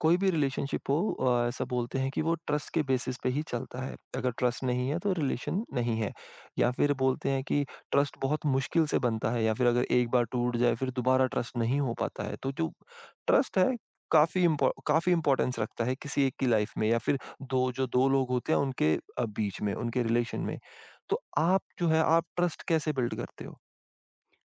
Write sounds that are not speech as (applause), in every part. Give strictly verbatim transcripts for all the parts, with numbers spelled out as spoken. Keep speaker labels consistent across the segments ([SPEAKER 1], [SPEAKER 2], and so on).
[SPEAKER 1] कोई भी रिलेशनशिप हो, अ, ऐसा बोलते हैं कि वो ट्रस्ट के बेसिस पे ही चलता है। अगर ट्रस्ट नहीं है तो रिलेशन नहीं है। या फिर बोलते हैं कि ट्रस्ट बहुत मुश्किल से बनता है या फिर अगर एक बार टूट जाए फिर दोबारा ट्रस्ट नहीं हो पाता है। तो जो ट्रस्ट है, काफ़ी इम्पॉ काफ़ी इम्पोर्टेंस रखता है किसी एक की लाइफ में, या फिर दो जो दो लोग होते हैं उनके अ, बीच में, उनके रिलेशन में। तो आप जो है आप ट्रस्ट कैसे बिल्ड करते हो?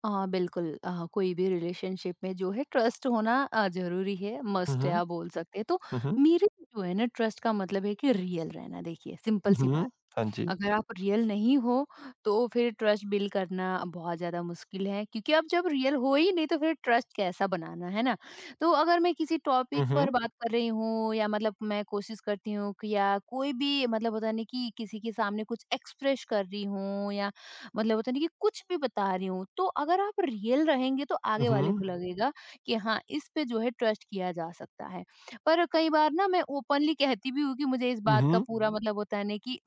[SPEAKER 2] अ, बिल्कुल अ, कोई भी रिलेशनशिप में जो है ट्रस्ट होना अ, ज़रूरी है,
[SPEAKER 1] हुँ,
[SPEAKER 2] मस्ट है
[SPEAKER 1] हुँ।
[SPEAKER 2] आप बोल सकते हैं। तो
[SPEAKER 1] हुँ, हुँ।
[SPEAKER 2] मेरे लिए जो है ना, ट्रस्ट का मतलब है कि रियल रहना। देखिए, सिंपल
[SPEAKER 1] हुँ,
[SPEAKER 2] सी
[SPEAKER 1] हुँ।
[SPEAKER 2] बात।
[SPEAKER 1] हाँ जी।
[SPEAKER 2] अगर आप रियल नहीं हो, तो फिर ट्रस्ट बिल्ड करना बहुत ज़्यादा मुश्किल है, क्योंकि आप जब रियल हो ही नहीं, तो फिर ट्रस्ट कैसा बनाना, है ना? तो अगर मैं किसी टॉपिक
[SPEAKER 1] हुँ,
[SPEAKER 2] पर
[SPEAKER 1] हुँ।
[SPEAKER 2] बात कर रही हूँ, या मतलब मैं कोशिश करती हूँ कि, या कोई भी मतलब होता नहीं कि किसी के सामने कुछ एक्सप्रेस कर रही हूँ, या मतलब होता नहीं कि कुछ भी बता रही हूँ, तो अगर आप रियल रहेंगे, तो
[SPEAKER 1] हुँ,
[SPEAKER 2] आगे वाले को
[SPEAKER 1] हुँ।
[SPEAKER 2] लगेगा कि हाँ, इस पे जो है ट्रस्ट किया जा सकता है। पर कई बार ना, मैं ओपनली कहती भी हूँ कि मुझे इस
[SPEAKER 1] हुँ,
[SPEAKER 2] बात का
[SPEAKER 1] हुँ।
[SPEAKER 2] पूरा मतलब होता है ना कि,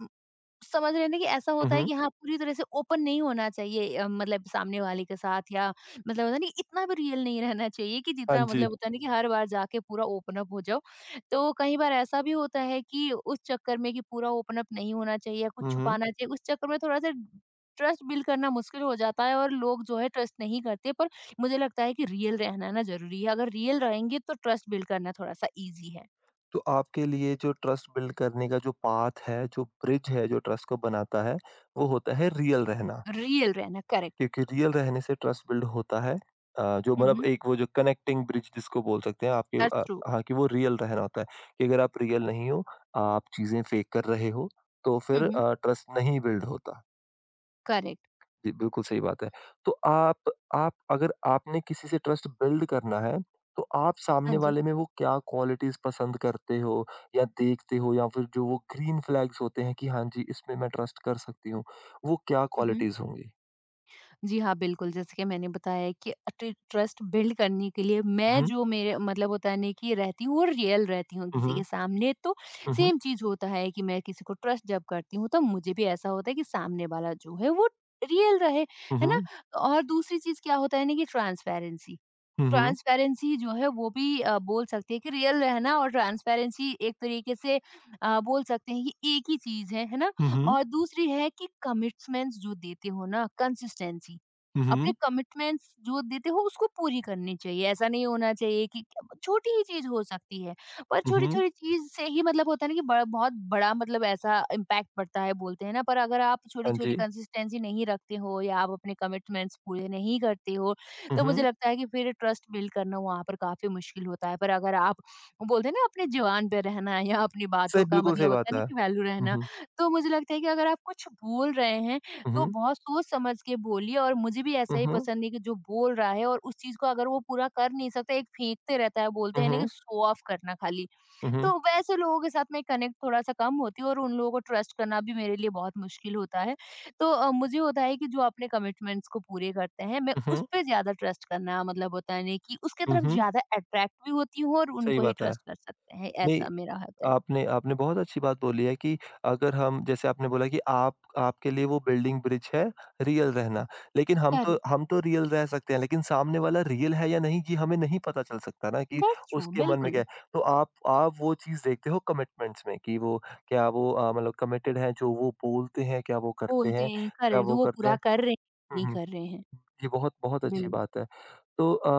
[SPEAKER 2] समझ रहे हैं ना, कि ऐसा
[SPEAKER 1] हुँ,
[SPEAKER 2] होता है
[SPEAKER 1] हुँ।
[SPEAKER 2] कि हाँ, पूरी तरह से ओपन नहीं होना चाहिए, अ, मतलब सामने वाले के साथ, या मतलब होता है ना कि इतना भी रियल नहीं रहना चाहिए कि
[SPEAKER 1] हाँ
[SPEAKER 2] जितना
[SPEAKER 1] जी।
[SPEAKER 2] मतलब होता है ना कि हर बार जाके पूरा ओपन अप हो जाओ। तो कई बार ऐसा भी होता है कि उस चक्कर में कि पूरा ओपन अप नहीं होना चाहिए या कुछ
[SPEAKER 1] हुँ, हुँ।
[SPEAKER 2] छुपाना चाहिए, उस चक्कर में थोड़ा-सा ट्रस्ट बिल्ड करना मुश्किल हो जाता है, और लोग जो है ट्रस्ट नहीं करते। पर मुझे लगता है कि रियल रहना ना ज़रूरी है। अगर रियल रहेंगे तो ट्रस्ट बिल्ड करना थोड़ा-सा ईज़ी है।
[SPEAKER 1] तो आपके लिए जो ट्रस्ट बिल्ड करने का जो पाथ है, जो ब्रिज है, जो ट्रस्ट को बनाता है, वो होता है रियल रहना।
[SPEAKER 2] रियल रहना, करेक्ट।
[SPEAKER 1] क्योंकि रियल रहने से ट्रस्ट बिल्ड होता है। अ, जो
[SPEAKER 2] हुँ,
[SPEAKER 1] मतलब
[SPEAKER 2] हुँ।
[SPEAKER 1] एक वो जो कनेक्टिंग ब्रिज जिसको बोल सकते हैं आपके,
[SPEAKER 2] दैट्स
[SPEAKER 1] अ,
[SPEAKER 2] ट्रू।
[SPEAKER 1] हाँ, कि वो रियल रहना होता है। कि अगर आप रियल नहीं हो, आप चीज़ें फ़ेक कर रहे हो, तो
[SPEAKER 2] हुँ,
[SPEAKER 1] फिर
[SPEAKER 2] हुँ।
[SPEAKER 1] अ, ट्रस्ट नहीं बिल्ड होता।
[SPEAKER 2] करेक्ट।
[SPEAKER 1] जी, बिल्कुल सही बात है। तो आप आप अगर आपने किसी से ट्रस्ट बिल्ड करना है, तो आप
[SPEAKER 2] हाँ
[SPEAKER 1] सामने
[SPEAKER 2] जी।
[SPEAKER 1] वाले में वो क्या क्वालिटीज़ पसंद करते हो या देखते हो, या फिर जो वो ग्रीन फ्लैग्स होते हैं कि हाँ जी, इसमें मैं ट्रस्ट कर सकती हूँ, वो क्या
[SPEAKER 2] मम्,
[SPEAKER 1] क्वालिटीज़ होंगी?
[SPEAKER 2] जी हाँ, बिल्कुल। जैसे कि मैंने बताया कि ट्रस्ट बिल्ड करने के लिए, मैं
[SPEAKER 1] हुँ,
[SPEAKER 2] जो मेरे मतलब होता है नहीं कि रहती हूँ, वो रियल रहती हूँ
[SPEAKER 1] हुँ,
[SPEAKER 2] किसी
[SPEAKER 1] हुँ,
[SPEAKER 2] के सामने। तो
[SPEAKER 1] हुँ,
[SPEAKER 2] सेम चीज होता है कि मैं किसी को ट्रस्ट जब करती हूँ, तो मुझे भी ऐसा होता है कि सामने वाला जो है वो रियल रहे, है ना?
[SPEAKER 1] हुँ,
[SPEAKER 2] और दूसरी चीज क्या होता है ना, कि ट्रांसपेरेंसी।
[SPEAKER 1] हुँ,
[SPEAKER 2] ट्रांसपेरेंसी जो है, वो भी अ, बोल सकते हैं कि रियल रहना और ट्रांसपेरेंसी एक तरीके से, अ, बोल सकते हैं कि एक ही चीज है है ना? और दूसरी है कि कमिटमेंट्स जो देते हो ना, कंसिस्टेंसी। अपने
[SPEAKER 1] हुँ,
[SPEAKER 2] कमिटमेंट्स जो देते हो उसको पूरी करनी चाहिए, ऐसा नहीं होना चाहिए कि छोटी ही चीज हो सकती है। पर छोटी
[SPEAKER 1] हुँ,
[SPEAKER 2] छोटी चीज से ही मतलब होता है ना कि बड़ा, बहुत बड़ा मतलब ऐसा इम्पैक्ट पड़ता है, बोलते हैं ना? पर अगर आप छोटी
[SPEAKER 1] हाँ
[SPEAKER 2] छोटी
[SPEAKER 1] जी,
[SPEAKER 2] कंसिस्टेंसी नहीं रखते हो या आप अपने कमिटमेंट्स पूरे नहीं करते हो, तो मुझे
[SPEAKER 1] हुँ,
[SPEAKER 2] लगता है कि फिर ट्रस्ट बिल्ड करना वहाँ पर काफ़ी मुश्किल होता है। पर अगर आप बोलते हैं ना, अपनी ज़ुबान पे रहना या अपनी बातों
[SPEAKER 1] सही
[SPEAKER 2] का
[SPEAKER 1] बिल्कुल
[SPEAKER 2] मतलब
[SPEAKER 1] सही
[SPEAKER 2] होता
[SPEAKER 1] बात
[SPEAKER 2] है ना
[SPEAKER 1] है।
[SPEAKER 2] कि वैल्यू
[SPEAKER 1] हुँ,
[SPEAKER 2] रहना,
[SPEAKER 1] हुँ,
[SPEAKER 2] तो मुझे लगता है कि अगर आप कुछ बोल रहे हैं, तो
[SPEAKER 1] हुँ,
[SPEAKER 2] बहुत सोच समझ के बोलिए। और मुझे भी ऐसा
[SPEAKER 1] हुँ,
[SPEAKER 2] ही
[SPEAKER 1] हुँ,
[SPEAKER 2] पसंद नहीं कि जो बोल रहा है और उस चीज़ को अगर वो पूरा कर नहीं सकता, एक फेंकते रहता है, बोलते हैं ना कि
[SPEAKER 1] हुँ,
[SPEAKER 2] शो ऑफ करना खाली। तो वैसे लोगों के साथ मैं कनेक्ट थोड़ा-सा कम होती हूँ और उन लोगों को ट्रस्ट करना भी मेरे लिए बहुत मुश्किल होता है। तो अ, मुझे होता है कि जो अपने कमिटमेंट्स को पूरे करते हैं, मैं उस
[SPEAKER 1] हुँ,
[SPEAKER 2] पे ज़्यादा ट्रस्ट करना मतलब होता है नहीं कि उसके
[SPEAKER 1] हुँ,
[SPEAKER 2] तरफ
[SPEAKER 1] हुँ,
[SPEAKER 2] ज़्यादा अट्रैक्ट भी होती हूँ, और
[SPEAKER 1] सही
[SPEAKER 2] उनको ही
[SPEAKER 1] बात है।
[SPEAKER 2] ट्रस्ट कर सकते हैं,
[SPEAKER 1] नहीं,
[SPEAKER 2] ऐसा मेरा होता है।
[SPEAKER 1] आपने आपने बहुत अच्छी बात बोली है कि अगर हम, जैसे आपने बोला कि आप, आपके लिए वो बिल्डिंग ब्रिज है रियल रहना। लेकिन हम तो
[SPEAKER 2] करेक्ट,
[SPEAKER 1] हम तो रियल रह सकते हैं, लेकिन सामने वाला रियल है या नहीं ये हमें नहीं पता चल सकता ना, कि
[SPEAKER 2] दैट्स ट्रू,
[SPEAKER 1] उसके मन में
[SPEAKER 2] बिल्कुल।
[SPEAKER 1] क्या है। तो आप आप वो चीज़ देखते हो कमिटमेंट्स में कि वो, क्या वो, अ, मतलब कमिटेड है जो वो बोलते हैं, क्या वो करते
[SPEAKER 2] बोलते
[SPEAKER 1] हैं?
[SPEAKER 2] हैं,
[SPEAKER 1] क्या
[SPEAKER 2] करेक्ट, जो
[SPEAKER 1] वो
[SPEAKER 2] वो
[SPEAKER 1] करते हैं?
[SPEAKER 2] पूरा कर रहे हैं,
[SPEAKER 1] हुँ,
[SPEAKER 2] नहीं
[SPEAKER 1] हुँ।
[SPEAKER 2] कर रहे हैं।
[SPEAKER 1] ये बहुत बहुत अच्छी
[SPEAKER 2] बिल
[SPEAKER 1] बात है। तो अ,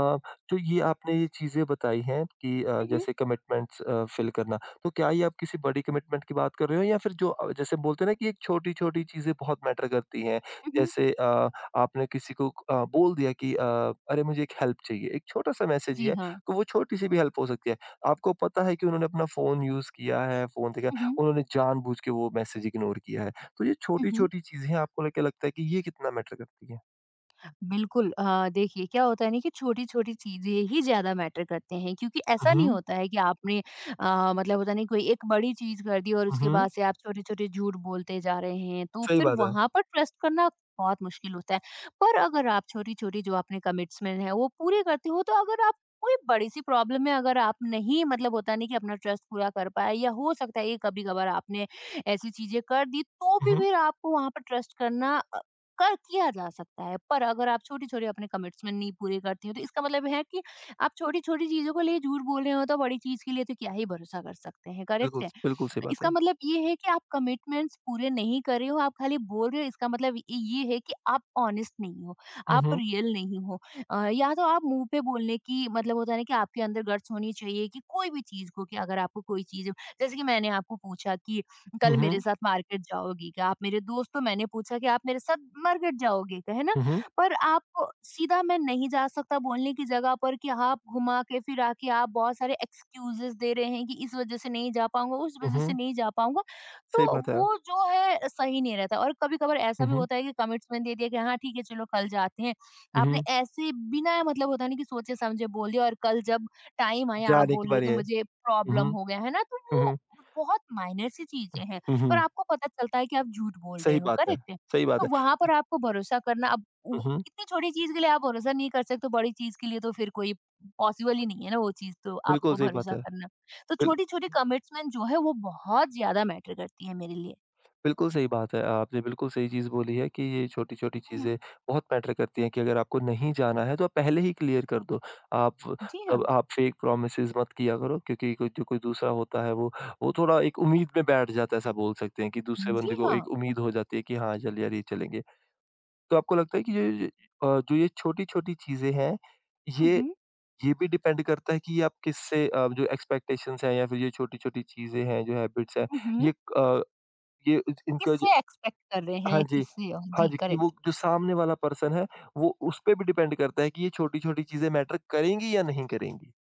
[SPEAKER 1] जो ये आपने ये चीज़ें बताई हैं कि, अ,
[SPEAKER 2] हुँ, हुँ,
[SPEAKER 1] जैसे कमिटमेंट्स अ, फ़िल करना, तो क्या ये आप किसी बड़ी कमिटमेंट की बात कर रहे हो, या फिर जो, अ, जैसे बोलते हैं ना कि एक, छोटी-छोटी चीज़ें बहुत मैटर करती हैं?
[SPEAKER 2] हुँ, हुँ।
[SPEAKER 1] जैसे, अ, आपने किसी को अ, बोल दिया कि अ, "अरे! मुझे एक हेल्प चाहिए।" एक छोटा-सा मैसेज ही
[SPEAKER 2] जी
[SPEAKER 1] है,
[SPEAKER 2] हाँ।
[SPEAKER 1] तो वो छोटी-सी भी हेल्प हो सकती है। आपको पता है कि उन्होंने अपना फ़ोन यूज़ किया है, फ़ोन देखा,
[SPEAKER 2] हुँ, हुँ,
[SPEAKER 1] उन्होंने जानबूझ के वो मैसेज इग्नोर किया है। तो ये
[SPEAKER 2] हुँ, हुँ।
[SPEAKER 1] छोटी-छोटी चीज़ें हैं, आपको, ल क्या लगता है कि ये कितना मैटर करती हैं?
[SPEAKER 2] बिल्कुल, अ, देखिए क्या होता है ना कि छोटी-छोटी चीज़ें ही ज़्यादा मैटर करते हैं, क्योंकि
[SPEAKER 1] हुँ,
[SPEAKER 2] ऐसा नहीं
[SPEAKER 1] हुँ।
[SPEAKER 2] होता है कि आपने, अ, मतलब होता नहीं, कोई एक बड़ी चीज़ कर दी और उसके
[SPEAKER 1] हुँ,
[SPEAKER 2] बाद से आप छोटे-छोटे झूठ बोलते जा रहे हैं, तो
[SPEAKER 1] सही
[SPEAKER 2] फिर
[SPEAKER 1] बात है।
[SPEAKER 2] वहाँ पर ट्रस्ट करना बहुत मुश्किल होता है। पर अगर आप छोटी-छोटी जो आपने कमिट्समेंट है वो पूरे करते हो, तो अगर आप कोई बड़ी-सी प्रॉब्लम में, अगर आप नहीं मतलब होता नहीं कि अपना ट्रस्ट पूरा कर पाए, या हो सकता है ये कभी-कभार आपने ऐसी चीज़ें कर दी, तो
[SPEAKER 1] हुँ,
[SPEAKER 2] भी
[SPEAKER 1] हुँ।
[SPEAKER 2] फिर आपको वहाँ पर ट्रस्ट करना, अ, कर किया जा सकता है। पर अगर आप छोटी-छोटी अपने कमिट्समेंट नहीं पूरे करती हो, तो इसका मतलब है कि आप छोटी-छोटी चीज़ों के लिए झूठ बोल रहे हो, तो बड़ी चीज़ के लिए तो क्या ही भरोसा कर सकते हैं, करेक्ट
[SPEAKER 1] बिल्कुल,
[SPEAKER 2] है?
[SPEAKER 1] बिल्कुल सही बात
[SPEAKER 2] इसका
[SPEAKER 1] है।
[SPEAKER 2] मतलब ये है कि आप कमिटमेंट्स पूरे नहीं कर रहे हो, आप खाली बोल रहे हो, इसका मतलब ये ये है कि आप ऑनेस्ट नहीं हो,
[SPEAKER 1] हुँ,
[SPEAKER 2] आप
[SPEAKER 1] हुँ।
[SPEAKER 2] रियल नहीं हो। अ, या तो आप मुँह पे बोलने की, मतलब होता है ना कि आपके अंदर गट्स होनी चाहिए कि कोई भी चीज़ को, कि अगर आपको कोई चीज़, जैसे कि मैंने आपको पूछा कि कल
[SPEAKER 1] हुँ,
[SPEAKER 2] मेरे
[SPEAKER 1] हुँ।
[SPEAKER 2] साथ मार्केट जाओगी क्या? आप मेरे दोस्त, तो मैंने पूछा कि आप मेरे साथ मार्केट जाओगे क्या? है ना?
[SPEAKER 1] हुँ, हुँ।
[SPEAKER 2] पर आप सीधा "मैं नहीं जा सकता" बोलने की जगह पर, कि आप घुमा के फिरा के आप बहुत सारे एक्सक्यूजेज़ दे रहे हैं कि इस वज़ह से नहीं जा पाऊँगा, उस
[SPEAKER 1] हुँ,
[SPEAKER 2] वज़ह से
[SPEAKER 1] हुँ।
[SPEAKER 2] नहीं जा पाऊँगा।
[SPEAKER 1] सही
[SPEAKER 2] तो
[SPEAKER 1] बात है।
[SPEAKER 2] वो जो है सही नहीं रहता। और कभी-कभार ऐसा
[SPEAKER 1] हुँ,
[SPEAKER 2] भी
[SPEAKER 1] हुँ।
[SPEAKER 2] होता है कि कमिटमेंट दे दिया कि हाँ, ठीक है चलो कल जाते हैं।
[SPEAKER 1] हुँ,
[SPEAKER 2] आपने
[SPEAKER 1] हुँ।
[SPEAKER 2] ऐसे बिना, मतलब होता है ना कि सोचे समझे बोल दिया, और कल जब टाइम आया आप
[SPEAKER 1] जाने
[SPEAKER 2] बोल
[SPEAKER 1] की
[SPEAKER 2] रहे हैं कि
[SPEAKER 1] बारी है।
[SPEAKER 2] मुझे
[SPEAKER 1] हुँ,
[SPEAKER 2] प्रॉब्लम
[SPEAKER 1] हुँ।
[SPEAKER 2] हो गया, है ना? तो
[SPEAKER 1] हुँ,
[SPEAKER 2] वो
[SPEAKER 1] हुँ।
[SPEAKER 2] बहुत माइनर सी चीज़ें हैं,
[SPEAKER 1] हुँ,
[SPEAKER 2] पर
[SPEAKER 1] हुँ।
[SPEAKER 2] आपको पता चलता है कि आप झूठ बोल रहे
[SPEAKER 1] सही
[SPEAKER 2] हो,
[SPEAKER 1] बात है,
[SPEAKER 2] करेक्ट है?
[SPEAKER 1] सही बात
[SPEAKER 2] तो
[SPEAKER 1] है
[SPEAKER 2] वहाँ
[SPEAKER 1] कि,
[SPEAKER 2] पर आपको भरोसा करना अब, उ
[SPEAKER 1] हुँ, हुँ।
[SPEAKER 2] इतनी छोटी चीज़ के लिए आप भरोसा नहीं कर सकते, बड़ी चीज़ के लिए तो फिर कोई पॉसिबल ही नहीं है ना, वो चीज़ तो
[SPEAKER 1] बिल्कुल
[SPEAKER 2] आपको
[SPEAKER 1] सही बात
[SPEAKER 2] भरोसा
[SPEAKER 1] है।
[SPEAKER 2] करना। तो
[SPEAKER 1] बिल
[SPEAKER 2] छोटी-छोटी कमिट्समेंट जो है वो बहुत ज़्यादा मैटर करती है मेरे लिए।
[SPEAKER 1] बिल्कुल सही बात है। आपने बिल्कुल सही चीज़ बोली है कि ये छोटी-छोटी
[SPEAKER 2] हुँ,
[SPEAKER 1] चीज़ें बहुत मैटर करती हैं। कि अगर आपको नहीं जाना है तो आप पहले ही क्लियर कर दो। आप
[SPEAKER 2] जी
[SPEAKER 1] तब,
[SPEAKER 2] हाँ।
[SPEAKER 1] आप फेक प्रॉमिसेस मत किया करो, क्योंकि कोई, जो कोई दूसरा होता है वो वो थोड़ा एक उम्मीद में बैठ जाता है। ऐसा बोल सकते हैं कि दूसरे
[SPEAKER 2] जी
[SPEAKER 1] बंदे को
[SPEAKER 2] हाँ।
[SPEAKER 1] एक उम्मीद हो जाती है कि हाँ, चल यार ये चलेंगे। तो आपको लगता है कि ये ये अ, जो ये छोटी-छोटी चीज़ें हैं,
[SPEAKER 2] हुँ,
[SPEAKER 1] ये
[SPEAKER 2] हुँ।
[SPEAKER 1] ये भी डिपेंड करता है कि ये आप किससे, अ, जो एक्सपेक्टेशंस हैं या फिर ये छोटी-छोटी चीज़ें हैं, जो हैबिट्स हैं,
[SPEAKER 2] हुँ, हुँ।
[SPEAKER 1] ये, अ, ये, इनका जो,
[SPEAKER 2] किससे एक्सपेक्ट कर रहे हैं
[SPEAKER 1] हाँ
[SPEAKER 2] या
[SPEAKER 1] जी।
[SPEAKER 2] किससे?
[SPEAKER 1] हाँ
[SPEAKER 2] जी,
[SPEAKER 1] जी, कि
[SPEAKER 2] करेक्ट।
[SPEAKER 1] वो जो सामने वाला पर्सन है, वो, उसपे भी डिपेंड करता है कि ये छोटी-छोटी चीज़ें मैटर करेंगी या नहीं करेंगी?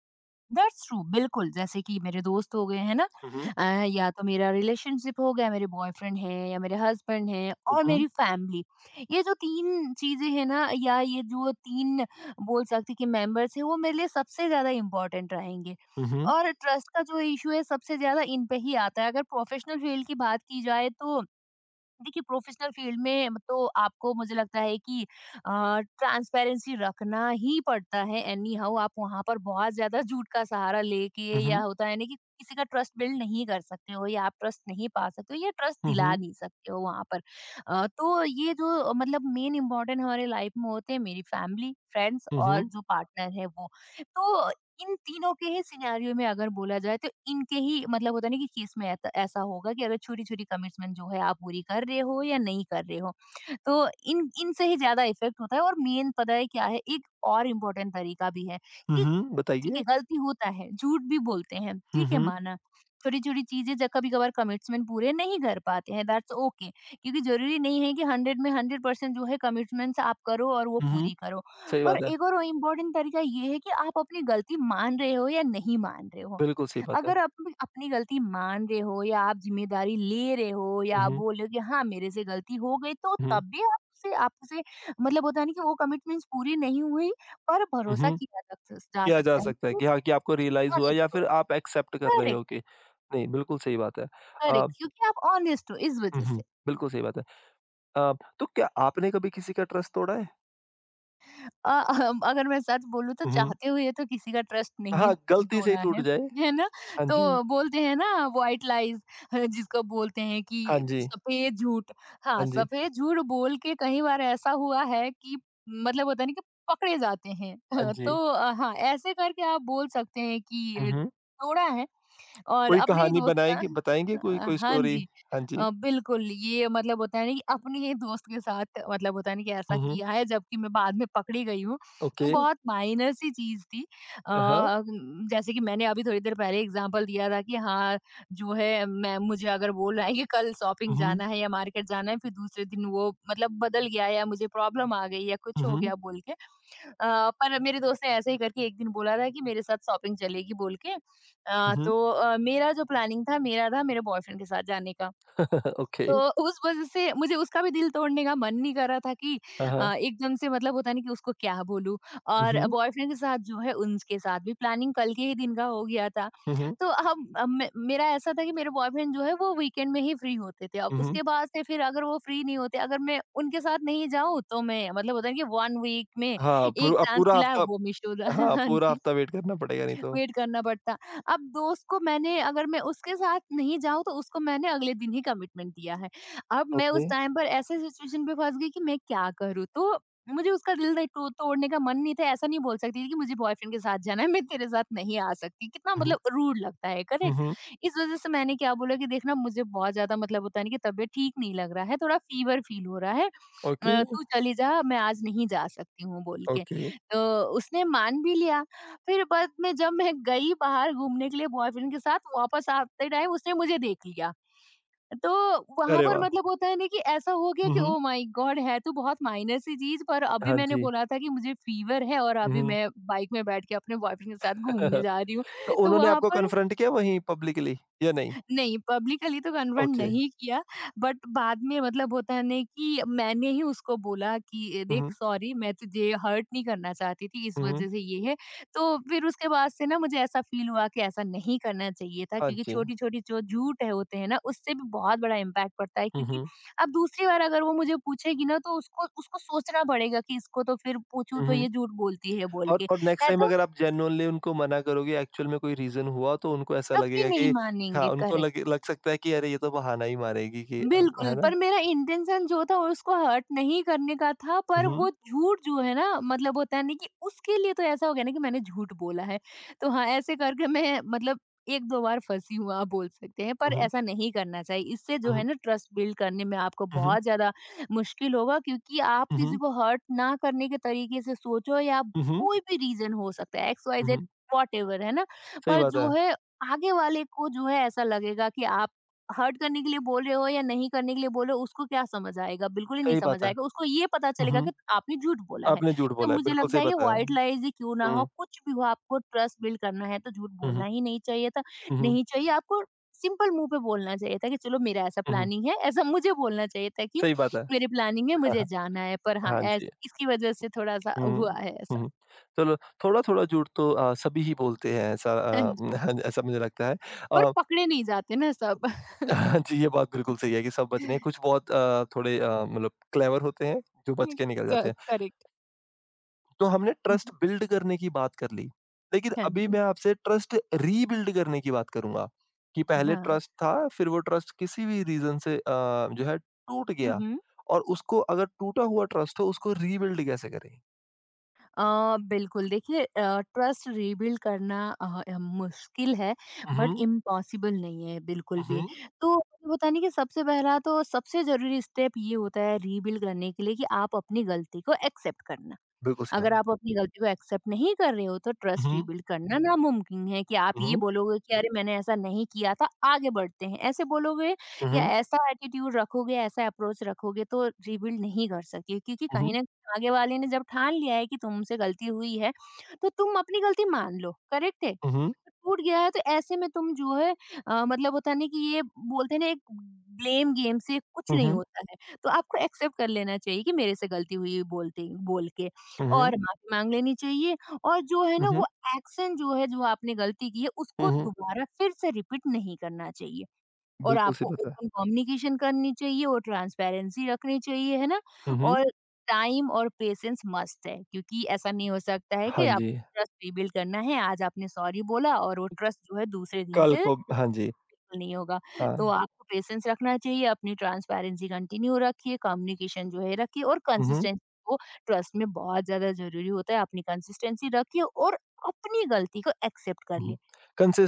[SPEAKER 2] दैट्स ट्रू, बिल्कुल। जैसे कि मेरे दोस्त हो गए हैं ना,
[SPEAKER 1] हुँ, हुँ।
[SPEAKER 2] अ, या तो मेरा रिलेशनशिप हो गया, मेरे बॉयफ्रेंड है या मेरे हस्बैंड है,
[SPEAKER 1] हुँ,
[SPEAKER 2] और
[SPEAKER 1] हुँ।
[SPEAKER 2] मेरी फैमिली। ये जो तीन चीजें हैं ना, या ये जो तीन बोल सकते कि मेंबर्स हैं, वो मेरे लिए सबसे ज्यादा इम्पोर्टेंट रहेंगे।
[SPEAKER 1] हुँ, हुँ।
[SPEAKER 2] और ट्रस्ट का जो इशू है सबसे ज्यादा इन पे ही आता है। अगर प्रोफेशनल फील्ड की बात की जाए, तो देखिए, प्रोफेशनल फील्ड में तो आपको, मुझे लगता है कि ट्रांसपेरेंसी रखना ही पड़ता है, एनी हाउ। आप वहां पर बहुत ज्यादा झूठ का सहारा लेके,
[SPEAKER 1] हुँ,
[SPEAKER 2] या
[SPEAKER 1] हुँ।
[SPEAKER 2] होता है ना कि किसी का ट्रस्ट बिल्ड नहीं कर सकते हो, या आप ट्रस्ट नहीं पा सकते हो, या ट्रस्ट
[SPEAKER 1] हुँ,
[SPEAKER 2] दिला
[SPEAKER 1] हुँ।
[SPEAKER 2] नहीं सकते हो वहां पर। अ, तो ये जो, अ, मतलब मेन इम्पोर्टेंट हमारे लाइफ में होते हैं, मेरी फैमिली, फ्रेंड्स
[SPEAKER 1] हुँ,
[SPEAKER 2] और
[SPEAKER 1] हुँ।
[SPEAKER 2] जो पार्टनर है वो। तो इन तीनों के ही सिनेरियो में अगर बोला जाए तो इनके ही, मतलब होता है ना कि केस में, ऐत- ऐसा होगा कि अगर छोटी-छोटी कमिटमेंट जो है आप पूरी कर रहे हो या नहीं कर रहे हो। तो इन इनसे ही ज़्यादा इफेक्ट होता है। और मेन पता है क्या है, एक और इम्पोर्टेंट तरीका भी है
[SPEAKER 1] हुँ,
[SPEAKER 2] कि,
[SPEAKER 1] हुँ।
[SPEAKER 2] ठीक
[SPEAKER 1] बताइए?
[SPEAKER 2] है गलती होता है, झूठ भी बोलते हैं,
[SPEAKER 1] हुँ,
[SPEAKER 2] ठीक है
[SPEAKER 1] हुँ।
[SPEAKER 2] माना। छोटी-छोटी चीजें जब कभी-कभार कमिटमेंट पूरे नहीं कर पाते हैं, दैट्स ओके, क्योंकि जरूरी नहीं है कि हंड्रेड में हंड्रेड परसेंट जो है कमिटमेंट्स आप करो और वो
[SPEAKER 1] हुँ, हुँ।
[SPEAKER 2] पूरी करो।
[SPEAKER 1] सही
[SPEAKER 2] और
[SPEAKER 1] बात है।
[SPEAKER 2] एक और इम्पोर्टेंट तरीका ये है कि आप अपनी गलती मान रहे हो या नहीं मान रहे हो।
[SPEAKER 1] बिल्कुल सही बात है।
[SPEAKER 2] अगर आप अपनी अपनी गलती मान रहे हो, या आप ज़िम्मेदारी ले रहे हो, या
[SPEAKER 1] हुँ,
[SPEAKER 2] आप
[SPEAKER 1] हुँ।
[SPEAKER 2] बोल रहे हो कि हाँ, मेरे से गलती हो गई, तो
[SPEAKER 1] हुँ।
[SPEAKER 2] तब भी आपसे आपसे, मतलब होता है ना कि वो कमिटमेंट्स पूरी नहीं हुई, पर
[SPEAKER 1] हुँ,
[SPEAKER 2] भरोसा
[SPEAKER 1] हुँ।
[SPEAKER 2] किया जा जा
[SPEAKER 1] किया जा
[SPEAKER 2] सकता
[SPEAKER 1] सकता है
[SPEAKER 2] है।
[SPEAKER 1] कि हाँ, कि आपको रियलाइज़ हुआ या
[SPEAKER 2] ऑनेस्ट हो,
[SPEAKER 1] फिर आप एक्सेप्ट कर रहे
[SPEAKER 2] करेक्ट,
[SPEAKER 1] हो कि, नहीं, बिल्कुल सही बात है। अ,
[SPEAKER 2] करेक्ट, क्योंकि आप ऑनेस्ट हो इस
[SPEAKER 1] हुँ,
[SPEAKER 2] वज़ह
[SPEAKER 1] हुँ,
[SPEAKER 2] से।
[SPEAKER 1] बिल्कुल सही बात है। अ, तो क्या आपने कभी किसी का ट्रस्ट तोड़ा है?
[SPEAKER 2] अ, हम अगर मैं सच बोलूँ तो,
[SPEAKER 1] हुँ।
[SPEAKER 2] चाहते हुए तो किसी का ट्रस्ट नहीं
[SPEAKER 1] हाँ, गलती से ही
[SPEAKER 2] तोड़ा है,
[SPEAKER 1] टूट जाए।
[SPEAKER 2] है ना?
[SPEAKER 1] हाँ जी,
[SPEAKER 2] तो बोलते हैं ना व्हाइट लाइज़, अ, जिसको बोलते हैं कि
[SPEAKER 1] हाँ जी,
[SPEAKER 2] सफ़ेद झूठ। हाँ,
[SPEAKER 1] हाँ जी,
[SPEAKER 2] सफ़ेद झूठ बोल के कई बार ऐसा हुआ है कि मतलब होता है ना कि पकड़े जाते हैं।
[SPEAKER 1] हाँ
[SPEAKER 2] (laughs) तो
[SPEAKER 1] जी।
[SPEAKER 2] अ, हाँ, ऐसे करके आप बोल सकते हैं कि
[SPEAKER 1] हुँ,
[SPEAKER 2] अ,
[SPEAKER 1] हुँ।
[SPEAKER 2] तोड़ा है। और
[SPEAKER 1] कोई
[SPEAKER 2] अपने ही
[SPEAKER 1] कहानी
[SPEAKER 2] दोस्त का।
[SPEAKER 1] बनाएँगे, बताएँगे कोई
[SPEAKER 2] अ,
[SPEAKER 1] कोई
[SPEAKER 2] हाँ
[SPEAKER 1] स्टोरी?
[SPEAKER 2] जी।
[SPEAKER 1] हाँ जी।
[SPEAKER 2] अ, बिल्कुल, ये मतलब होता है ना कि अपने ही दोस्त के साथ मतलब होता है ना कि ऐसा
[SPEAKER 1] हुँ, हुँ।
[SPEAKER 2] किया है जबकि मैं बाद में पकड़ी गई हूँ।
[SPEAKER 1] ओके।
[SPEAKER 2] बहुत माइनर सी चीज़ थी। अ,
[SPEAKER 1] हाँ, हाँ।
[SPEAKER 2] उम, जैसे कि मैंने अभी थोड़ी देर पहले एग्ज़ाम्पल दिया था कि हाँ, जो है मैं मुझे अगर बोल रहा है कि कल शॉपिंग
[SPEAKER 1] हुँ, हुँ,
[SPEAKER 2] जाना है या मार्केट जाना है, फिर दूसरे दिन वो मतलब बदल गया या मुझे प्रॉब्लम आ गई या कुछ
[SPEAKER 1] हुँ,
[SPEAKER 2] हो
[SPEAKER 1] हुँ,
[SPEAKER 2] गया बोल के। अ, पर मेरे दोस्त ने ऐसे ही करके एक दिन बोला था कि मेरे साथ शॉपिंग चलेगी बोल के।
[SPEAKER 1] हुँ,
[SPEAKER 2] अ,
[SPEAKER 1] हुँ।
[SPEAKER 2] तो अ, मेरा जो प्लानिंग था मेरा था मेरे बॉयफ्रेंड के साथ जाने का।
[SPEAKER 1] (laughs) ओके।
[SPEAKER 2] तो उस वज़ह से मुझे उसका भी दिल तोड़ने का मन नहीं कर रहा था कि
[SPEAKER 1] हाँ,
[SPEAKER 2] अ,
[SPEAKER 1] हाँ।
[SPEAKER 2] एकदम से मतलब होता है ना कि उसको क्या बोलूँ?
[SPEAKER 1] हुँ,
[SPEAKER 2] और
[SPEAKER 1] हुँ,
[SPEAKER 2] बॉयफ्रेंड के साथ जो है उनके साथ भी प्लानिंग कल के ही दिन का हो गया था।
[SPEAKER 1] हुँ, हुँ,
[SPEAKER 2] तो हम अ, मे मेरा ऐसा था कि मेरे बॉयफ्रेंड जो है वो वीकेंड में ही फ्री होते थे। अब
[SPEAKER 1] हुँ, हुँ।
[SPEAKER 2] उसके बाद से फिर अगर वो फ्री नहीं होते, अगर मैं उनके साथ नहीं जाऊँ तो मैं मतलब होता है कि एक वीक में
[SPEAKER 1] हाँ, पूर
[SPEAKER 2] एक
[SPEAKER 1] अ,
[SPEAKER 2] चांस
[SPEAKER 1] पूरा
[SPEAKER 2] मिला है
[SPEAKER 1] हफ्ता।
[SPEAKER 2] वो मिस हो रहा है।
[SPEAKER 1] हाँ,
[SPEAKER 2] (laughs) हाँ
[SPEAKER 1] पूरा
[SPEAKER 2] जी।
[SPEAKER 1] हफ्ता वेट करना पड़ेगा नहीं तो।
[SPEAKER 2] वेट करना पड़ता। अब दोस्त को मैंने अगर मैं उसके साथ नहीं जाऊँ तो उसको मैंने अगले दिन ही कमिटमेंट दिया है। अब मैं
[SPEAKER 1] ओके।
[SPEAKER 2] उस
[SPEAKER 1] हुँ,
[SPEAKER 2] टाइम पर ऐसे सिचुएशन पे फँस गई कि मैं क्या करूँ? तो मुझे उसका दिल नहीं टो तोड़ने का मन नहीं था, ऐसा नहीं बोल सकती थी कि मुझे बॉयफ्रेंड के साथ जाना है, मैं तेरे साथ नहीं आ सकती। कितना
[SPEAKER 1] हुँ।
[SPEAKER 2] मतलब रूड लगता है,
[SPEAKER 1] हुँ,
[SPEAKER 2] करेक्ट?
[SPEAKER 1] हुँ।
[SPEAKER 2] इस वज़ह से मैंने क्या बोला कि देख ना मुझे बहुत ज़्यादा मतलब होता है ना कि तबीयत ठीक नहीं लग रहा है, थोड़ा फ़ीवर फ़ील हो रहा है।
[SPEAKER 1] ओके,
[SPEAKER 2] अ, तू चली जा, मैं आज नहीं जा सकती हूँ बोल के।
[SPEAKER 1] ओके।
[SPEAKER 2] तो उसने मान भी लिया। फिर बाद में जब मैं गई बाहर घूमने के लिए बॉयफ्रेंड के साथ, वापस आते टाइम उसने मुझे देख लिया। तो वहाँ
[SPEAKER 1] अरे
[SPEAKER 2] पर
[SPEAKER 1] वाह!
[SPEAKER 2] मतलब होता है ना कि ऐसा हो गया
[SPEAKER 1] हुँ,
[SPEAKER 2] कि
[SPEAKER 1] हुँ।
[SPEAKER 2] Oh my God! है तो बहुत माइनर सी चीज़ पर अभी
[SPEAKER 1] हाँ
[SPEAKER 2] मैंने
[SPEAKER 1] जी।
[SPEAKER 2] बोला था कि मुझे फ़ीवर है और
[SPEAKER 1] हुँ,
[SPEAKER 2] अभी
[SPEAKER 1] हुँ।
[SPEAKER 2] मैं बाइक में बैठ के अपने बॉयफ्रेंड के साथ घूमने
[SPEAKER 1] (laughs)
[SPEAKER 2] जा रही हूँ।
[SPEAKER 1] तो
[SPEAKER 2] तो
[SPEAKER 1] उन्होंने
[SPEAKER 2] वहाँ
[SPEAKER 1] आपको
[SPEAKER 2] पर
[SPEAKER 1] कन्फ्रंट किया वहीं पब्लिकली या नहीं?
[SPEAKER 2] नहीं, पब्लिकली तो कन्फर्म
[SPEAKER 1] ओके।
[SPEAKER 2] नहीं किया, बट बाद में मतलब होता है ना कि मैंने ही उसको बोला कि,
[SPEAKER 1] हुँ,
[SPEAKER 2] "देख
[SPEAKER 1] हुँ।
[SPEAKER 2] सॉरी, मैं तुझे हर्ट नहीं करना चाहती थी, इस
[SPEAKER 1] हुँ, हुँ।
[SPEAKER 2] वज़ह से ये है।" तो फिर उसके बाद से ना मुझे ऐसा फ़ील हुआ कि ऐसा नहीं करना चाहिए था
[SPEAKER 1] हाँ
[SPEAKER 2] क्योंकि
[SPEAKER 1] जी।
[SPEAKER 2] छोटी-छोटी जो झूठ है होते हैं ना, उससे भी बहुत बड़ा इम्पैक्ट पड़ता है
[SPEAKER 1] हुँ,
[SPEAKER 2] क्योंकि
[SPEAKER 1] हुँ।
[SPEAKER 2] अब दूसरी बार अगर वो मुझे पूछेगी ना तो उसको उसको सोचना पड़ेगा कि इसको तो फिर पूछूँ
[SPEAKER 1] हुँ,
[SPEAKER 2] तो
[SPEAKER 1] हुँ।
[SPEAKER 2] ये झूठ बोलती है बोल
[SPEAKER 1] और
[SPEAKER 2] के,
[SPEAKER 1] और नेक्स्ट
[SPEAKER 2] है
[SPEAKER 1] टाइम
[SPEAKER 2] तो?
[SPEAKER 1] अगर आप जेन्युइनली उनको मना करोगे, एक्चुअल में कोई रीज़न हुआ, तो उनको ऐसा
[SPEAKER 2] तब भी
[SPEAKER 1] लगेगा
[SPEAKER 2] नहीं
[SPEAKER 1] कि, हाँ,
[SPEAKER 2] मानेंगे।
[SPEAKER 1] उनको,
[SPEAKER 2] करेक्ट।
[SPEAKER 1] लगे लग सकता है कि अरे ये तो बहाना ही मारेगी कि, अम,
[SPEAKER 2] बिल्कुल,
[SPEAKER 1] है ना?
[SPEAKER 2] पर मेरा इंटेंशन जो था उसको हर्ट नहीं करने का था,
[SPEAKER 1] हुँ,
[SPEAKER 2] पर वो
[SPEAKER 1] हुँ।
[SPEAKER 2] झूठ जो है ना मतलब होता है ना कि उसके लिए तो ऐसा हो गया ना कि मैंने झूठ बोला है। तो हाँ, ऐसे करके मैं मतलब एक दो बार फँसी हूँ आप बोल सकते हैं, पर
[SPEAKER 1] हुँ, हुँ।
[SPEAKER 2] ऐसा नहीं करना चाहिए। इससे जो
[SPEAKER 1] हुँ,
[SPEAKER 2] है
[SPEAKER 1] हुँ।
[SPEAKER 2] ना ट्रस्ट बिल्ड करने में आपको
[SPEAKER 1] हुँ, हुँ।
[SPEAKER 2] बहुत ज़्यादा मुश्किल होगा क्योंकि आप किसी को हर्ट ना करने के तरीके से सोचो या
[SPEAKER 1] हुँ, हुँ।
[SPEAKER 2] कोई भी रीज़न हो सकता है X, Y,
[SPEAKER 1] hmm,
[SPEAKER 2] Z
[SPEAKER 1] hmm.
[SPEAKER 2] Whatever है ना?
[SPEAKER 1] सही
[SPEAKER 2] पर
[SPEAKER 1] बात
[SPEAKER 2] जो
[SPEAKER 1] है,
[SPEAKER 2] है आगे वाले को जो है ऐसा लगेगा कि आप हर्ट करने के लिए बोल रहे हो या नहीं करने के लिए बोल रहे हो उसको क्या समझ आएगा बिल्कुल ही नहीं
[SPEAKER 1] सही
[SPEAKER 2] समझ
[SPEAKER 1] बात है।
[SPEAKER 2] आएगा उसको ये पता
[SPEAKER 1] हुँ,
[SPEAKER 2] चलेगा
[SPEAKER 1] हुँ।
[SPEAKER 2] कि आपने झूठ बोला है।
[SPEAKER 1] आपने झूठ
[SPEAKER 2] तो
[SPEAKER 1] बोला है,
[SPEAKER 2] मुझे
[SPEAKER 1] बिल्कुल
[SPEAKER 2] लगता
[SPEAKER 1] सही
[SPEAKER 2] है कि
[SPEAKER 1] बताया।
[SPEAKER 2] व्हाइट
[SPEAKER 1] हुँ,
[SPEAKER 2] लाइज ही क्यों ना हो
[SPEAKER 1] हुँ।
[SPEAKER 2] कुछ भी हो आपको ट्रस्ट बिल्ड करना है तो झूठ
[SPEAKER 1] हुँ,
[SPEAKER 2] बोलना
[SPEAKER 1] हुँ।
[SPEAKER 2] ही नहीं चाहिए था।
[SPEAKER 1] हुँ, हुँ।
[SPEAKER 2] नहीं चाहिए आपको सिंपल मुंह पे बोलना चाहिए था कि चलो मेरा ऐसा
[SPEAKER 1] हुँ, हुँ।
[SPEAKER 2] प्लानिंग है ऐसा मुझे बोलना चाहिए था कि
[SPEAKER 1] सही बात है।
[SPEAKER 2] मेरी प्लानिंग है
[SPEAKER 1] (laughs) हाँ,
[SPEAKER 2] मुझे
[SPEAKER 1] हाँ।
[SPEAKER 2] जाना है पर हाँ
[SPEAKER 1] हाँ
[SPEAKER 2] ऐस,
[SPEAKER 1] जी।
[SPEAKER 2] इसकी वजह से थोड़ा सा हुआ
[SPEAKER 1] हुँ,
[SPEAKER 2] है ऐसा।
[SPEAKER 1] हुँ, हुँ। चलो, थोड़ा-थोड़ा झूठ तो अ, सभी ही बोलते हैं ऐसा,
[SPEAKER 2] हाँ
[SPEAKER 1] अ,
[SPEAKER 2] जी
[SPEAKER 1] (laughs) हाँ, ऐसा मुझे लगता है।
[SPEAKER 2] पर
[SPEAKER 1] अ,
[SPEAKER 2] पकड़े नहीं जाते ना सब।
[SPEAKER 1] (laughs) जी, ये बात बिल्कुल सही है कि सब बच रहे हैं, कुछ
[SPEAKER 2] (laughs)
[SPEAKER 1] बहुत, अ, थोड़े, अ, मतलब क्लेवर होते हैं, जो बच के निकल जाते हैं।
[SPEAKER 2] करेक्ट।
[SPEAKER 1] तो हमने ट्रस्ट बिल्ड करने की बात कर ली, लेकिन
[SPEAKER 2] हाँ
[SPEAKER 1] अभी
[SPEAKER 2] जी।
[SPEAKER 1] मैं आपसे ट्रस्ट रीबिल्ड करने की बात करूँगा। कि पहले
[SPEAKER 2] हाँ।
[SPEAKER 1] ट्रस्ट था, फिर वो ट्रस्ट किसी भी रीज़न से, अ, जो है टूट गया,
[SPEAKER 2] हम्म।
[SPEAKER 1] और उसको, अगर टूटा हुआ ट्रस्ट हो, उसको रीबिल्ड कैसे करें?
[SPEAKER 2] अ, बिल्कुल देखिए अ, ट्रस्ट रीबिल्ड करना अ, अ, मुश्किल है बट
[SPEAKER 1] हुँ,
[SPEAKER 2] इम्पॉसिबल नहीं है बिल्कुल भी।
[SPEAKER 1] हुँ।
[SPEAKER 2] तो मुझे बताने कि सबसे पहला तो सबसे जरूरी स्टेप ये होता है रीबिल्ड करने के लिए कि आप अपनी गलती को एक्सेप्ट करना।
[SPEAKER 1] बिल्कुल सही बात
[SPEAKER 2] अगर
[SPEAKER 1] है।
[SPEAKER 2] आप अपनी गलती को एक्सेप्ट नहीं कर रहे हो तो ट्रस्ट
[SPEAKER 1] हुँ,
[SPEAKER 2] रीबिल्ड करना नामुमकिन है कि आप ये
[SPEAKER 1] हुँ,
[SPEAKER 2] बोलोगे कि अरे मैंने ऐसा नहीं किया था, आगे बढ़ते हैं ऐसे बोलोगे
[SPEAKER 1] हुँ,
[SPEAKER 2] या
[SPEAKER 1] हुँ,
[SPEAKER 2] ऐसा एटीट्यूड रखोगे ऐसा अप्रोच रखोगे तो रीबिल्ड नहीं कर सकते क्योंकि कहीं
[SPEAKER 1] हुँ,
[SPEAKER 2] ना कहीं आगे वाले ने जब ठान लिया है कि तुमसे गलती हुई है तो तुम अपनी गलती मान लो करेक्ट है।
[SPEAKER 1] हुँ,
[SPEAKER 2] टूट गया है तो ऐसे में तुम जो है अ, मतलब होता नहीं कि ये बोलते हैं ना एक ब्लेम गेम से कुछ नहीं होता है। तो आपको एक्सेप्ट कर लेना चाहिए कि मेरे से गलती हुई बोलते बोल के और माफ़ी माँग लेनी चाहिए और जो है ना
[SPEAKER 1] हुँ,
[SPEAKER 2] वो एक्शन जो है जो आपने गलती की है
[SPEAKER 1] हुँ,
[SPEAKER 2] उसको
[SPEAKER 1] हुँ।
[SPEAKER 2] दोबारा फिर से रिपीट नहीं करना चाहिए। और
[SPEAKER 1] बिल्कुल सही
[SPEAKER 2] आपको
[SPEAKER 1] बात है।
[SPEAKER 2] ओपन कम्युनिकेशन करनी चाहिए और ट्रांसपेरेंसी रखनी चाहिए, है ना?
[SPEAKER 1] हुँ, हुँ।
[SPEAKER 2] और टाइम और पेशेंस मस्ट है क्योंकि ऐसा नहीं हो सकता है
[SPEAKER 1] हाँ
[SPEAKER 2] कि आप
[SPEAKER 1] जी,
[SPEAKER 2] ट्रस्ट रिबिल्ड करना है, आज आपने सॉरी बोला और वो ट्रस्ट जो है दूसरे दिन
[SPEAKER 1] कल
[SPEAKER 2] से
[SPEAKER 1] को, हाँ जी,
[SPEAKER 2] बिल्कुल नहीं होगा। तो
[SPEAKER 1] हाँ।
[SPEAKER 2] आपको पेशेंस रखना चाहिए, अपनी ट्रांसपेरेंसी कंटिन्यू रखिए, कम्युनिकेशन जो है रखिए और
[SPEAKER 1] हुँ, हुँ,
[SPEAKER 2] कंसिस्टेंसी को ट्रस्ट में बहुत ज़्यादा ज़रूरी होता है। अपनी कंसिस्टेंसी रखिए और अपनी गलती को एक्सेप्ट कर लिए।
[SPEAKER 1] हुँ।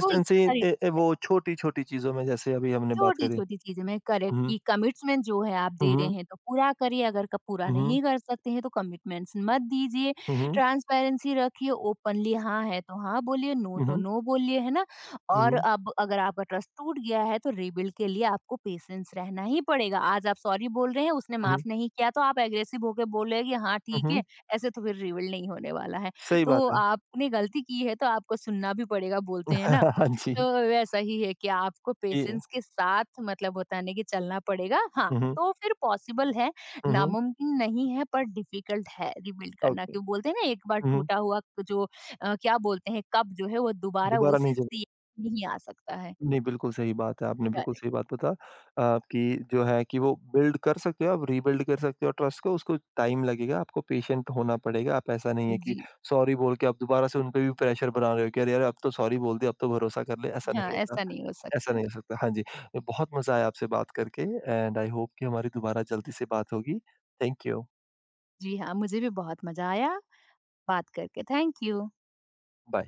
[SPEAKER 2] तो ये सारी
[SPEAKER 1] ए ए, वो छोटी-छोटी चीज़ों में जैसे अभी हमने बात करी।
[SPEAKER 2] छोटी-छोटी चीज़ें में करेक्ट
[SPEAKER 1] हुँ,
[SPEAKER 2] कि कमिटमेंट जो है आप
[SPEAKER 1] हुँ,
[SPEAKER 2] दे रहे
[SPEAKER 1] हुँ,
[SPEAKER 2] हैं तो पूरा करिए, अगर क पूरा
[SPEAKER 1] हुँ,
[SPEAKER 2] नहीं कर सकते हैं तो कमिटमेंट्स मत दीजिए,
[SPEAKER 1] हुँ,
[SPEAKER 2] ट्रांसपेरेंसी रखिए, ओपनली हाँ है तो हाँ बोलिए, नो तो नो बोलिए, है ना? और
[SPEAKER 1] हुँ,
[SPEAKER 2] अब अगर आपका ट्रस्ट टूट गया है तो रीबिल्ड के लिए आपको पेशेंस रहना ही पड़ेगा। आज आप सॉरी बोल रहे हैं, उसने माफ
[SPEAKER 1] हुँ,
[SPEAKER 2] नहीं किया तो आप एग्रेसिव होके बोल रहे हैं कि हाँ ठीक है,
[SPEAKER 1] हुँ।
[SPEAKER 2] ऐसे तो फिर रीबिल्ड नहीं होने वाला है।
[SPEAKER 1] सही
[SPEAKER 2] तो
[SPEAKER 1] बात है।
[SPEAKER 2] आपने गलती की है तो आपको सुनना भी पड़ेगा बोलते हैं ना?
[SPEAKER 1] (laughs) हाँ जी,
[SPEAKER 2] तो वैसा ही है कि आपको
[SPEAKER 1] ये,
[SPEAKER 2] पेशेंस के साथ मतलब होता है ना कि चलना पड़ेगा। हाँ,
[SPEAKER 1] हुँ, हुँ,
[SPEAKER 2] तो फिर पॉसिबल है,
[SPEAKER 1] हुँ,
[SPEAKER 2] नामुमकिन नहीं है पर डिफ़िकल्ट है रिबिल्ड करना।
[SPEAKER 1] ओके।
[SPEAKER 2] क्यों बोलते हैं ना एक बार
[SPEAKER 1] हुँ।
[SPEAKER 2] टूटा हुआ जो अ, क्या बोलते हैं कप जो है वो दोबारा
[SPEAKER 1] दोबारा
[SPEAKER 2] उसी
[SPEAKER 1] नहीं, जब,
[SPEAKER 2] से नहीं आ सकता है।
[SPEAKER 1] नहीं, बिल्कुल सही बात है। आपने बिल्कुल
[SPEAKER 2] करेक्ट,
[SPEAKER 1] सही बात बता अ, कि जो है कि वो बिल्ड कर सकते हो, आप रीबिल्ड कर सकते हो ट्रस्ट को, उसको टाइम लगेगा, आपको पेशेंट होना पड़ेगा। आप, ऐसा नहीं है कि
[SPEAKER 2] जी।
[SPEAKER 1] सॉरी बोल के आप दोबारा से उन पे भी प्रेशर बना रहे हो कि अरे यार, अब तो सॉरी बोल दिया, अब तो भरोसा कर ले, ऐसा
[SPEAKER 2] हाँ,
[SPEAKER 1] नहीं होता,
[SPEAKER 2] ऐसा नहीं हो
[SPEAKER 1] ऐसा
[SPEAKER 2] सकता।
[SPEAKER 1] नहीं हो सकता। हाँ जी, बहुत मज़ा आया आपसे बात करके, एंड आई होप कि हमारी दोबारा जल्दी से बात होगी। Thank you.
[SPEAKER 2] जी हाँ, मुझे भी बहुत मज़ा आया बात करके। Thank you.
[SPEAKER 1] बाय।